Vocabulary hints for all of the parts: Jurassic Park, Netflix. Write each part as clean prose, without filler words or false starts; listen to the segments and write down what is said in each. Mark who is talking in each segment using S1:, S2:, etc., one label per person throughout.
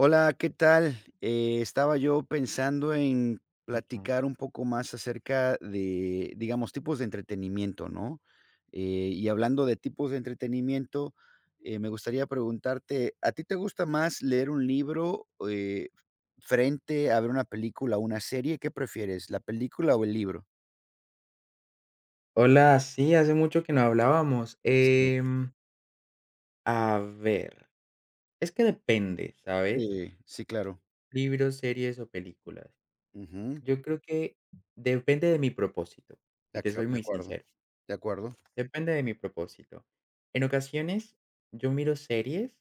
S1: Hola, ¿qué tal? Estaba yo pensando en
S2: Mm.
S1: platicar un poco más acerca de, digamos, tipos de entretenimiento, ¿no? Eh, y hablando de tipos de entretenimiento, me gustaría preguntarte, ¿a ti te gusta más leer un libro frente a ver una película o una serie? ¿Qué prefieres, la película o el libro?
S2: Hola, sí, hace mucho que no hablábamos.
S1: Sí,
S2: A ver, es que depende, ¿sabes?
S1: sí, sí, claro.
S2: Libros, series o películas.
S1: Ujú.
S2: Yo creo que depende de mi propósito, si te soy
S1: De
S2: muy
S1: acuerdo,
S2: sincero.
S1: de acuerdo.
S2: Depende de mi propósito. En ocasiones yo miro series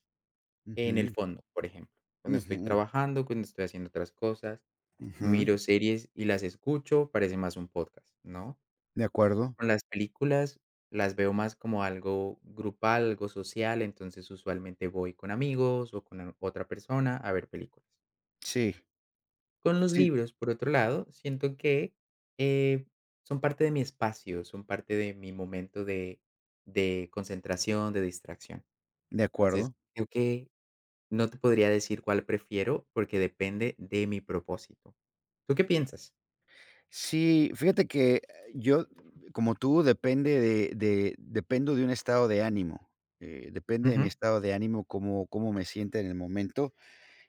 S2: en el
S1: Ujú,
S2: fondo, por ejemplo. Cuando estoy
S1: ujú,
S2: trabajando, cuando estoy haciendo otras cosas,
S1: ujú.
S2: miro series y las escucho, parece más un podcast, ¿no?
S1: De acuerdo.
S2: Con las películas las veo más como algo grupal, algo social, entonces usualmente voy con amigos o con otra persona a ver películas.
S1: Sí,
S2: Con los
S1: sí.
S2: libros, por otro lado, siento que eh, son parte de mi espacio, son parte de mi momento de concentración, de distracción.
S1: De
S2: Entonces,
S1: acuerdo.
S2: creo que no te podría decir cuál prefiero porque depende de mi propósito. ¿Tú qué piensas?
S1: Sí, fíjate que yo, como tú, depende de dependo de un estado de ánimo, depende de mi
S2: Ujú,
S1: estado de ánimo, cómo me sienta en el momento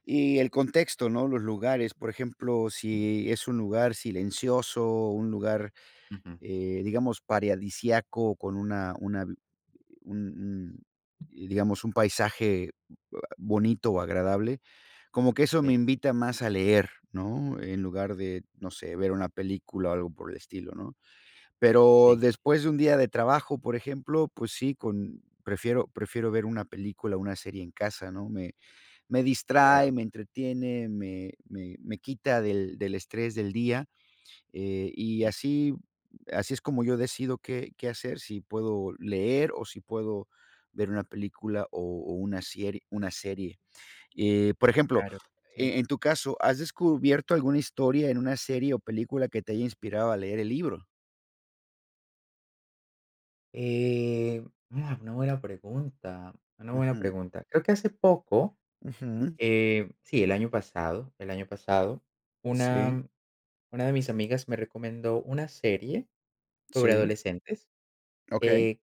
S1: y el contexto, ¿no? Los lugares, por ejemplo, si es un lugar silencioso, un lugar,
S2: ujú,
S1: digamos, paradisíaco con una un un, digamos, un paisaje bonito o agradable, como que eso me
S2: sí,
S1: invita más a leer, ¿no? En lugar de, no sé, ver una película o algo por el estilo, ¿no? Pero
S2: sí,
S1: después de un día de trabajo, por ejemplo, pues sí, con prefiero ver una película una serie en casa, ¿no? Me me distrae,
S2: claro,
S1: me entretiene, me quita del estrés del día y
S2: sí,
S1: así así es como yo decido qué hacer, si puedo leer o si puedo ver una película o una serie. Por ejemplo,
S2: claro, sí.
S1: en tu caso, ¿has descubierto alguna historia en una serie o película que te haya inspirado a leer el libro?
S2: Ah, una buena pregunta, una buena
S1: Ujú,
S2: pregunta. Creo que hace poco,
S1: ujú.
S2: sí, el año pasado,
S1: Sí,
S2: una, una de mis amigas me recomendó una serie sobre
S1: sí.
S2: adolescentes,
S1: Okey,
S2: eh,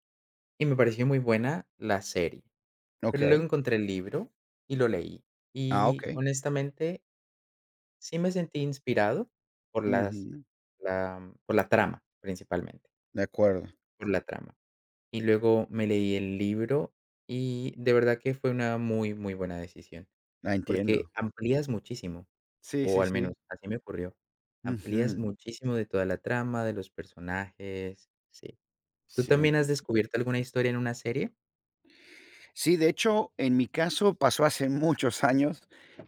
S2: y me pareció muy buena la serie. Pero luego
S1: okey.
S2: encontré el libro y lo leí.
S1: Ah,
S2: Y
S1: okey.
S2: honestamente, sí me sentí inspirado por las,
S1: Ujú.
S2: por la trama, principalmente,
S1: De acuerdo.
S2: por la trama. Y luego me leí el libro y de verdad que fue una muy, muy buena decisión,
S1: La
S2: porque
S1: entiendo.
S2: amplías muchísimo,
S1: Sí,
S2: o
S1: sí,
S2: al menos
S1: sí.
S2: así me ocurrió. Amplías
S1: Ujú.
S2: muchísimo de toda la trama, de los personajes, sí. ¿Tú
S1: Sí.
S2: también has descubierto alguna historia en una serie?
S1: Sí, de hecho, en mi caso pasó hace muchos años.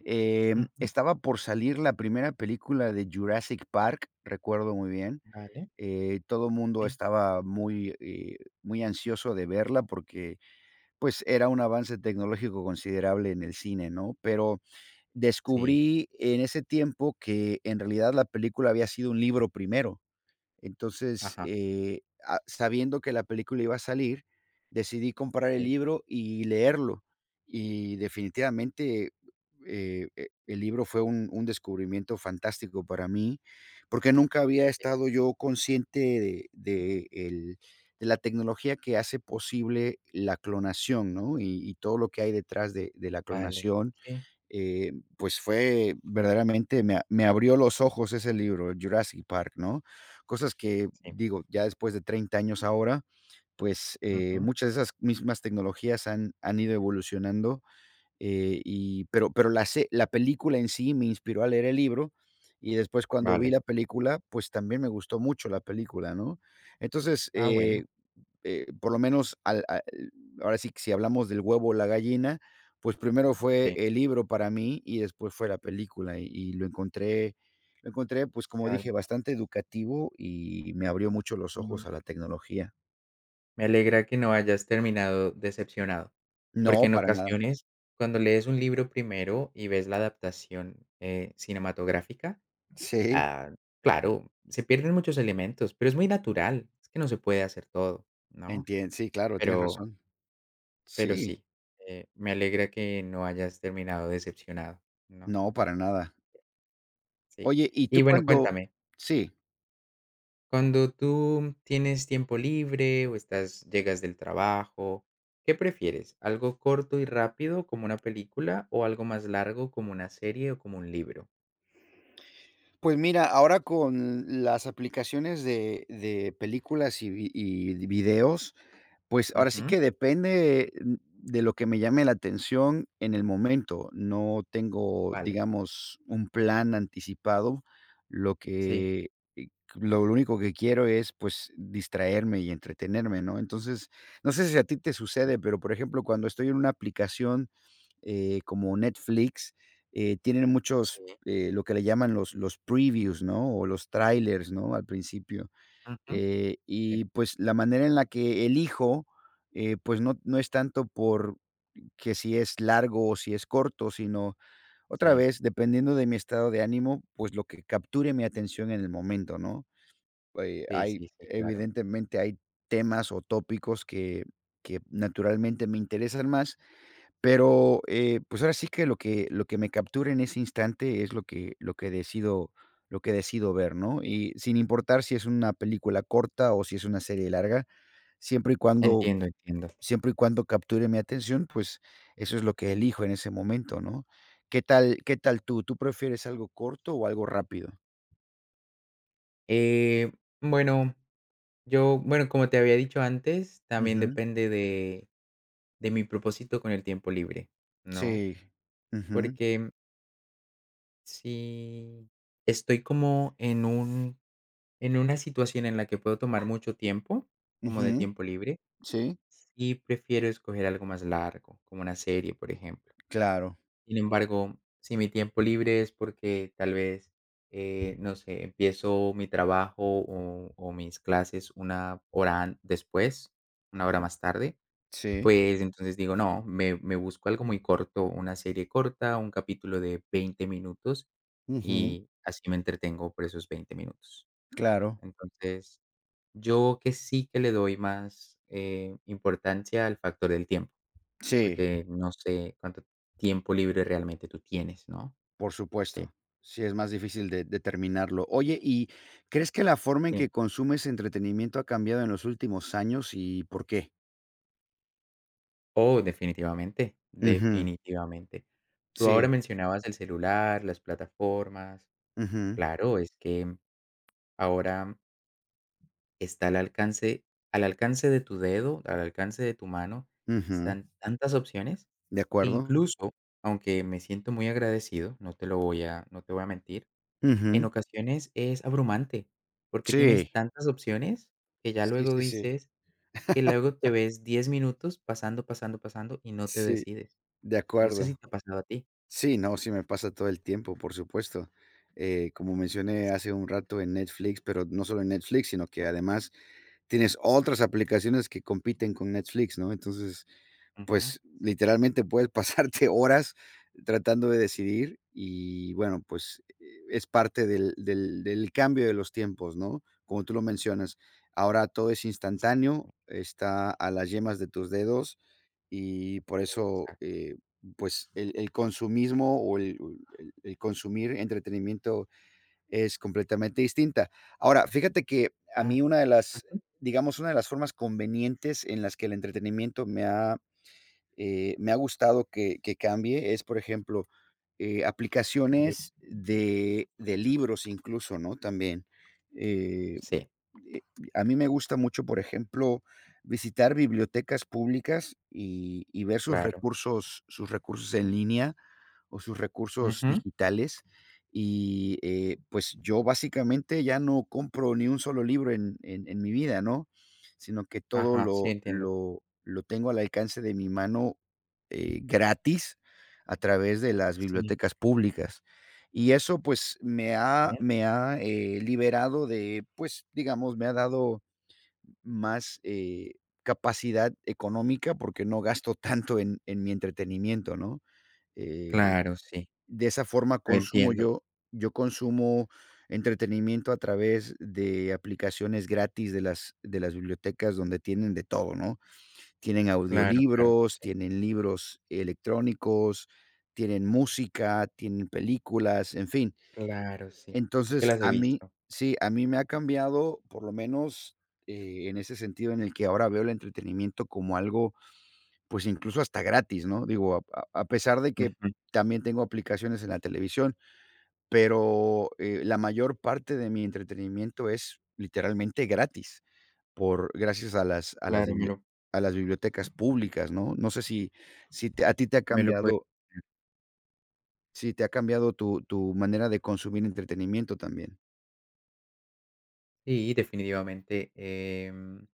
S2: Ujú.
S1: Estaba por salir la primera película de Jurassic Park, recuerdo muy bien.
S2: Vale,
S1: Todo el mundo
S2: sí,
S1: estaba muy ansioso de verla porque, pues, era un avance tecnológico considerable en el cine, ¿no? Pero
S2: sí,
S1: descubrí en ese tiempo que en realidad la película había sido un libro primero. Entonces,
S2: ajá,
S1: sabiendo que la película iba a salir, decidí comprar el
S2: sí,
S1: libro y leerlo. Y definitivamente, el libro fue un descubrimiento fantástico para mí, porque nunca había
S2: sí,
S1: estado yo consciente de el de la tecnología que hace posible la clonación, ¿no? Y todo lo que hay detrás de la
S2: vale,
S1: clonación,
S2: sí,
S1: pues fue verdaderamente me abrió los ojos ese libro, Jurassic Park, ¿no? Cosas que,
S2: sí,
S1: digo, ya después de 30 años ahora, pues,
S2: ujú,
S1: muchas de esas mismas tecnologías han ido evolucionando, pero la película en sí me inspiró a leer el libro, y después cuando vi
S2: vale.
S1: la película, pues, también me gustó mucho la película, ¿no? Entonces,
S2: Ah, bueno,
S1: por lo menos al ahora sí que si hablamos del huevo o la gallina, pues primero fue
S2: sí,
S1: el libro para mí y después fue la película, y lo encontré, lo encontré, pues, como
S2: vale.
S1: dije, bastante educativo y me abrió mucho los ojos a la tecnología.
S2: Me alegra que no hayas terminado decepcionado, porque
S1: No,
S2: en
S1: para nada.
S2: ocasiones, cuando lees un libro primero y ves la adaptación, cinematográfica,
S1: Sí,
S2: ah, claro, se pierden muchos elementos, pero es muy natural, es que no se puede hacer todo, ¿no?
S1: entien sí, claro, tienes
S2: Pero
S1: razón.
S2: pero
S1: Sí,
S2: sí, me alegra que no hayas terminado decepcionado, ¿no?
S1: no, para nada.
S2: Sí.
S1: Oye, ¿y
S2: Y
S1: tú
S2: bueno,
S1: cuando
S2: cuéntame.
S1: Sí.
S2: Cuando tú tienes tiempo libre o estás, llegas del trabajo, ¿qué prefieres? ¿Algo corto y rápido como una película o algo más largo como una serie o como un libro?
S1: Pues mira, ahora con las aplicaciones de películas y videos, pues ahora sí
S2: Ujú,
S1: que depende de lo que me llame la atención en el momento. No tengo,
S2: vale,
S1: digamos, un plan anticipado. Lo
S2: sí,
S1: que eh, lo único que quiero es, pues, distraerme y entretenerme, ¿no? Entonces, no sé si a ti te sucede, pero, por ejemplo, cuando estoy en una aplicación, como Netflix, tienen
S2: sí,
S1: lo que le llaman los previews, ¿no? O los trailers, ¿no? Al principio.
S2: ujú, sí,
S1: Y, pues, la manera en la que elijo, pues, no es tanto por que si es largo o si es corto, sino otra
S2: sí,
S1: vez, dependiendo de mi estado de ánimo, pues, lo que capture mi atención en el momento, ¿no?
S2: sí,
S1: Hay
S2: sí, sí, claro,
S1: evidentemente hay temas o tópicos que naturalmente me interesan más, pero, pues, ahora sí que lo que me capture en ese instante es lo que decido lo que decido ver, ¿no?
S2: sí.
S1: Y sin importar si es una película corta o si es una serie larga, siempre y cuando
S2: Entiendo, entiendo.
S1: siempre y cuando capture mi atención, pues, eso es lo que elijo en ese momento, ¿no? Qué tal tú? ¿Tú prefieres algo corto o algo rápido?
S2: Eh, bueno, yo, bueno, como te había dicho antes, también
S1: Ujú.
S2: depende de mi propósito con el tiempo libre, ¿no?
S1: Sí. Ujú.
S2: Porque sí, estoy como en un en una situación en la que puedo tomar mucho tiempo, como de
S1: Ujú.
S2: tiempo libre,
S1: Sí.
S2: y prefiero escoger algo más largo, como una serie, por ejemplo.
S1: Claro.
S2: Sin embargo, si mi tiempo libre es porque tal vez, no sé, empiezo mi trabajo o mis clases una hora después, una hora más tarde,
S1: Sí.
S2: pues, entonces digo, no, me busco algo muy corto, una serie corta, un capítulo de 20 minutos,
S1: Ujú.
S2: y así me entretengo por esos 20 minutos.
S1: Claro.
S2: Entonces, yo que sí que le doy más, importancia al factor del tiempo,
S1: Sí.
S2: porque no sé cuánto tiempo libre realmente tú tienes, ¿no?
S1: Por
S2: Sí,
S1: supuesto. Sí, es más difícil de determinarlo. Oye, ¿y crees que la forma en
S2: sí.
S1: que consumes entretenimiento ha cambiado en los últimos años y por qué?
S2: Oh, definitivamente,
S1: Ujú.
S2: definitivamente. Tú ahora
S1: Sí.
S2: mencionabas el celular, las plataformas.
S1: Ujú.
S2: Claro, es que ahora está al alcance de tu dedo, al alcance de tu mano,
S1: Ujú.
S2: están tantas opciones
S1: De
S2: que
S1: acuerdo.
S2: incluso, aunque me siento muy agradecido, no te lo voy a no te voy a mentir, en
S1: Ujú.
S2: ocasiones es abrumante, porque tienes
S1: Sí.
S2: tantas opciones que ya
S1: Sí,
S2: luego
S1: sí, sí.
S2: dices que luego te ves 10 minutos pasando, pasando, pasando y no te
S1: Sí,
S2: decides.
S1: de
S2: No sé si
S1: acuerdo.
S2: te ha pasado a ti.
S1: Sí, no, sí me pasa todo el tiempo, por supuesto. Como mencioné hace
S2: Exacto.
S1: un rato en Netflix, pero no solo en Netflix, sino que además tienes otras aplicaciones que compiten con Netflix, ¿no? Entonces,
S2: Ujú,
S1: pues
S2: sí,
S1: literalmente puedes pasarte horas tratando de decidir y bueno, es parte del cambio de los tiempos, ¿no? Como tú lo mencionas, ahora todo es instantáneo, está a las yemas de tus dedos y por eso,
S2: exacto,
S1: pues el consumismo el consumir entretenimiento es completamente distinta. Ahora, fíjate que a
S2: ah,
S1: mí
S2: ujú,
S1: digamos, una de las formas convenientes en las que el entretenimiento me ha gustado que cambie es, por ejemplo,
S2: sí,
S1: aplicaciones de libros incluso, ¿no? También. Eh,
S2: sí,
S1: eh, a mí me gusta mucho, por ejemplo, visitar bibliotecas públicas y ver
S2: claro.
S1: sus recursos en línea o sus recursos
S2: Ujú,
S1: digitales. Pues yo básicamente ya no compro ni un solo libro en mi vida, ¿no? Sino que todo
S2: ajá, sí,
S1: lo,
S2: entiendo.
S1: lo, lo tengo al alcance de mi mano gratis a través de las
S2: Sí.
S1: bibliotecas públicas. Y eso pues me ha liberado de, pues digamos, me ha dado más capacidad económica porque no gasto tanto en mi entretenimiento, ¿no? Eh,
S2: Claro, sí,
S1: de esa forma
S2: lo
S1: consumo
S2: entiendo.
S1: yo yo consumo entretenimiento a través de aplicaciones gratis de las bibliotecas donde tienen de todo, ¿no? Tienen
S2: Claro, claro,
S1: audiolibros,
S2: sí,
S1: tienen libros electrónicos, tienen música, tienen películas, en fin.
S2: claro, sí. Sí que
S1: Entonces,
S2: las he
S1: a mí
S2: visto.
S1: sí, a mí me ha cambiado, por lo menos, en ese sentido en el que ahora veo el entretenimiento como algo, pues, incluso hasta gratis, ¿no? Digo, a pesar de que
S2: Ujú.
S1: también tengo aplicaciones en la televisión, pero, la mayor parte de mi entretenimiento es literalmente gratis, por gracias a las
S2: Claro, me
S1: biblie
S2: lo
S1: a las bibliotecas públicas, ¿no? No sé si si te a ti te ha
S2: me lo puedes,
S1: cambiado si te ha cambiado tu tu manera de consumir entretenimiento también.
S2: sí, definitivamente.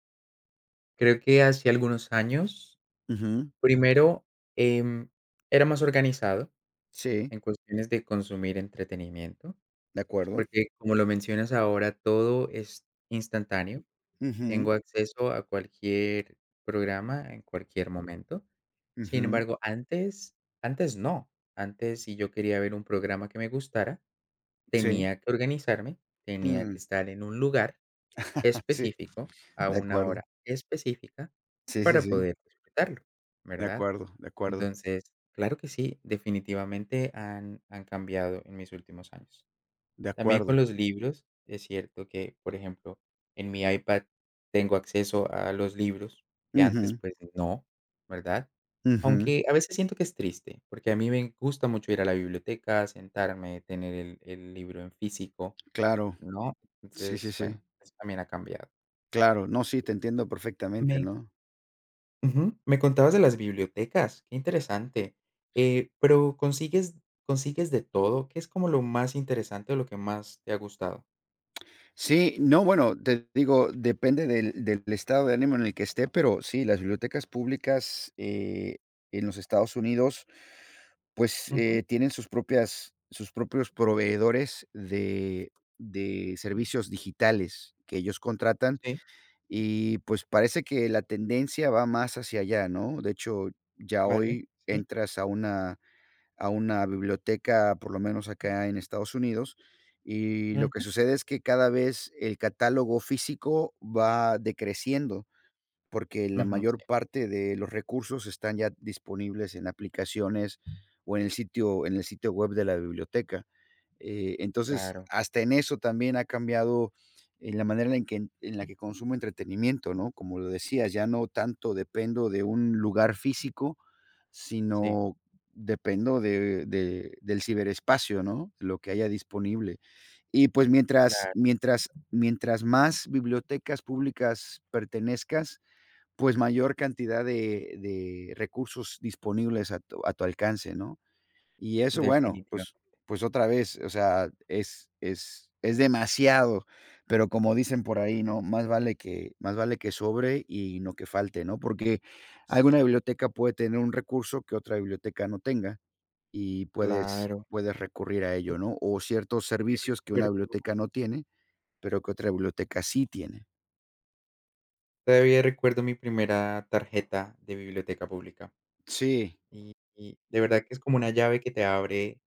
S2: Creo que hace algunos años,
S1: Ujú.
S2: primero, em, era más organizado
S1: Sí,
S2: en cuestiones de consumir entretenimiento,
S1: de acuerdo.
S2: porque, como lo mencionas ahora, todo es instantáneo.
S1: Ujú,
S2: Tengo acceso a cualquier programa en cualquier momento. Sin
S1: ujú.
S2: embargo, antes no. Antes, si yo quería ver un programa que me gustara,
S1: Sí.
S2: tenía que organizarme, tenía
S1: Mm.
S2: que estar en un lugar
S1: Sí,
S2: específico, a
S1: de
S2: una
S1: acuerdo.
S2: hora específica,
S1: Sí, sí,
S2: para
S1: sí.
S2: poder disfrutarlo,
S1: De
S2: ¿verdad?
S1: acuerdo, de acuerdo,
S2: Entonces, claro que sí, definitivamente han cambiado en mis últimos años.
S1: de
S2: También
S1: acuerdo.
S2: con los libros, es cierto que, por ejemplo, en mi iPad tengo acceso a los libros que antes,
S1: Ujú,
S2: pues, no, ¿verdad?
S1: ujú.
S2: Aunque a veces siento que es triste, porque a mí me gusta mucho ir a la biblioteca, sentarme, tener el libro en físico,
S1: Claro.
S2: ¿no?
S1: Sí, sí,
S2: Entonces,
S1: sí.
S2: bueno, eso también ha cambiado.
S1: Claro. No, sí, te entiendo perfectamente,
S2: Me
S1: ¿no?
S2: ujú, me contabas de las bibliotecas, qué interesante. Pero, ¿consigues de todo? ¿Qué es como lo más interesante o lo que más te ha gustado?
S1: Sí, no, bueno, te digo, depende del estado de ánimo en el que esté, pero sí, las bibliotecas públicas, en los Estados Unidos, pues,
S2: Ujú,
S1: tienen sus propios proveedores de servicios digitales que ellos contratan
S2: sí,
S1: y, pues, parece que la tendencia va más hacia allá, ¿no? De hecho, ya
S2: vale,
S1: hoy
S2: sí,
S1: entras a una biblioteca, por lo menos acá en Estados Unidos, y lo
S2: ujú,
S1: que sucede es que cada vez el catálogo físico va decreciendo porque la
S2: ujú,
S1: mayor
S2: sí,
S1: parte de los recursos están ya disponibles en aplicaciones o en el sitio web de la biblioteca. Entonces,
S2: claro,
S1: hasta en eso también ha cambiado en la manera en que en la que consumo entretenimiento, ¿no? Como lo decías, ya no tanto dependo de un lugar físico,
S2: sí,
S1: sino dependo de del ciberespacio, ¿no? Lo que haya disponible. Y, pues,
S2: claro,
S1: mientras más bibliotecas públicas pertenezcas, pues, mayor cantidad de recursos disponibles a tu alcance, ¿no? Y eso, bueno, pues
S2: definitivamente,
S1: pues otra vez, o sea, es es demasiado, pero como dicen por ahí, ¿no? Más vale que sobre y no que falte, ¿no? Porque alguna
S2: sí,
S1: biblioteca puede tener un recurso que otra biblioteca no tenga y
S2: claro.
S1: puedes recurrir a ello,
S2: Entonces,
S1: ¿no? O ciertos
S2: te
S1: servicios que una
S2: recuerdo
S1: biblioteca no tiene, pero que otra biblioteca sí tiene.
S2: todavía recuerdo mi primera tarjeta de biblioteca pública,
S1: Sí.
S2: y de verdad que es como una llave que te abre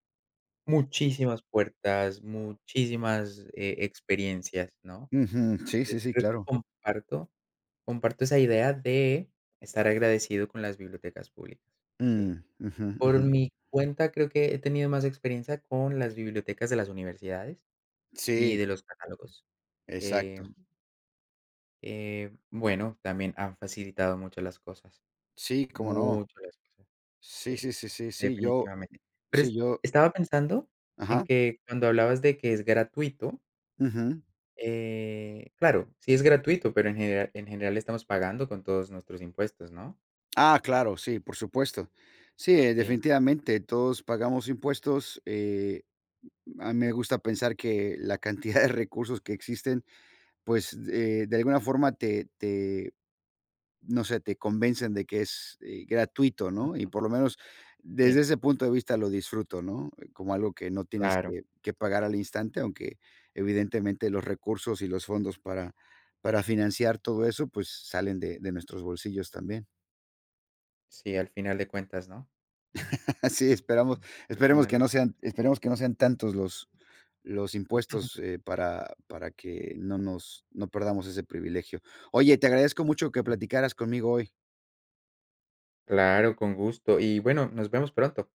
S2: muchísimas puertas, muchísimas, experiencias, ¿no?
S1: Ujú. Sí, sí,
S2: Entonces,
S1: sí,
S2: creo que
S1: claro.
S2: comparto comparto esa idea de estar agradecido con las bibliotecas públicas, ¿sí?
S1: Mm, ujú,
S2: Por
S1: ujú.
S2: mi cuenta, creo que he tenido más experiencia con las bibliotecas de las universidades y
S1: Sí,
S2: de los catálogos,
S1: exacto.
S2: que, bueno, también han facilitado mucho las cosas.
S1: Sí, cómo no.
S2: Mucho las cosas.
S1: Sí,
S2: Sí,
S1: sí, sí, sí, sí, yo
S2: definitivamente. Pero
S1: sí,
S2: es
S1: yo
S2: estaba pensando en
S1: ajá,
S2: que cuando hablabas de que es gratuito,
S1: ujú.
S2: claro, sí es gratuito, pero en general, en general estamos pagando con todos nuestros impuestos, ¿no?
S1: Ah, claro, sí, por supuesto. Sí,
S2: Sí,
S1: definitivamente, todos pagamos impuestos. A mí me gusta pensar que la cantidad de recursos que existen, pues, de alguna forma te te no sé, te convencen de que es, gratuito,
S2: mm,
S1: ¿no? Y por lo menos desde
S2: sí,
S1: ese punto de vista lo disfruto, ¿no? Como algo que no tienes
S2: claro.
S1: que pagar al instante, aunque evidentemente los recursos y los fondos para financiar todo eso, pues salen de nuestros bolsillos también.
S2: Sí, al final de cuentas, ¿no?
S1: Así esperamos
S2: Al final de
S1: esperemos que no sean tantos los impuestos, para que no nos no perdamos ese privilegio. Oye, te agradezco mucho que platicaras conmigo hoy.
S2: Claro, con gusto. Y bueno, nos vemos pronto.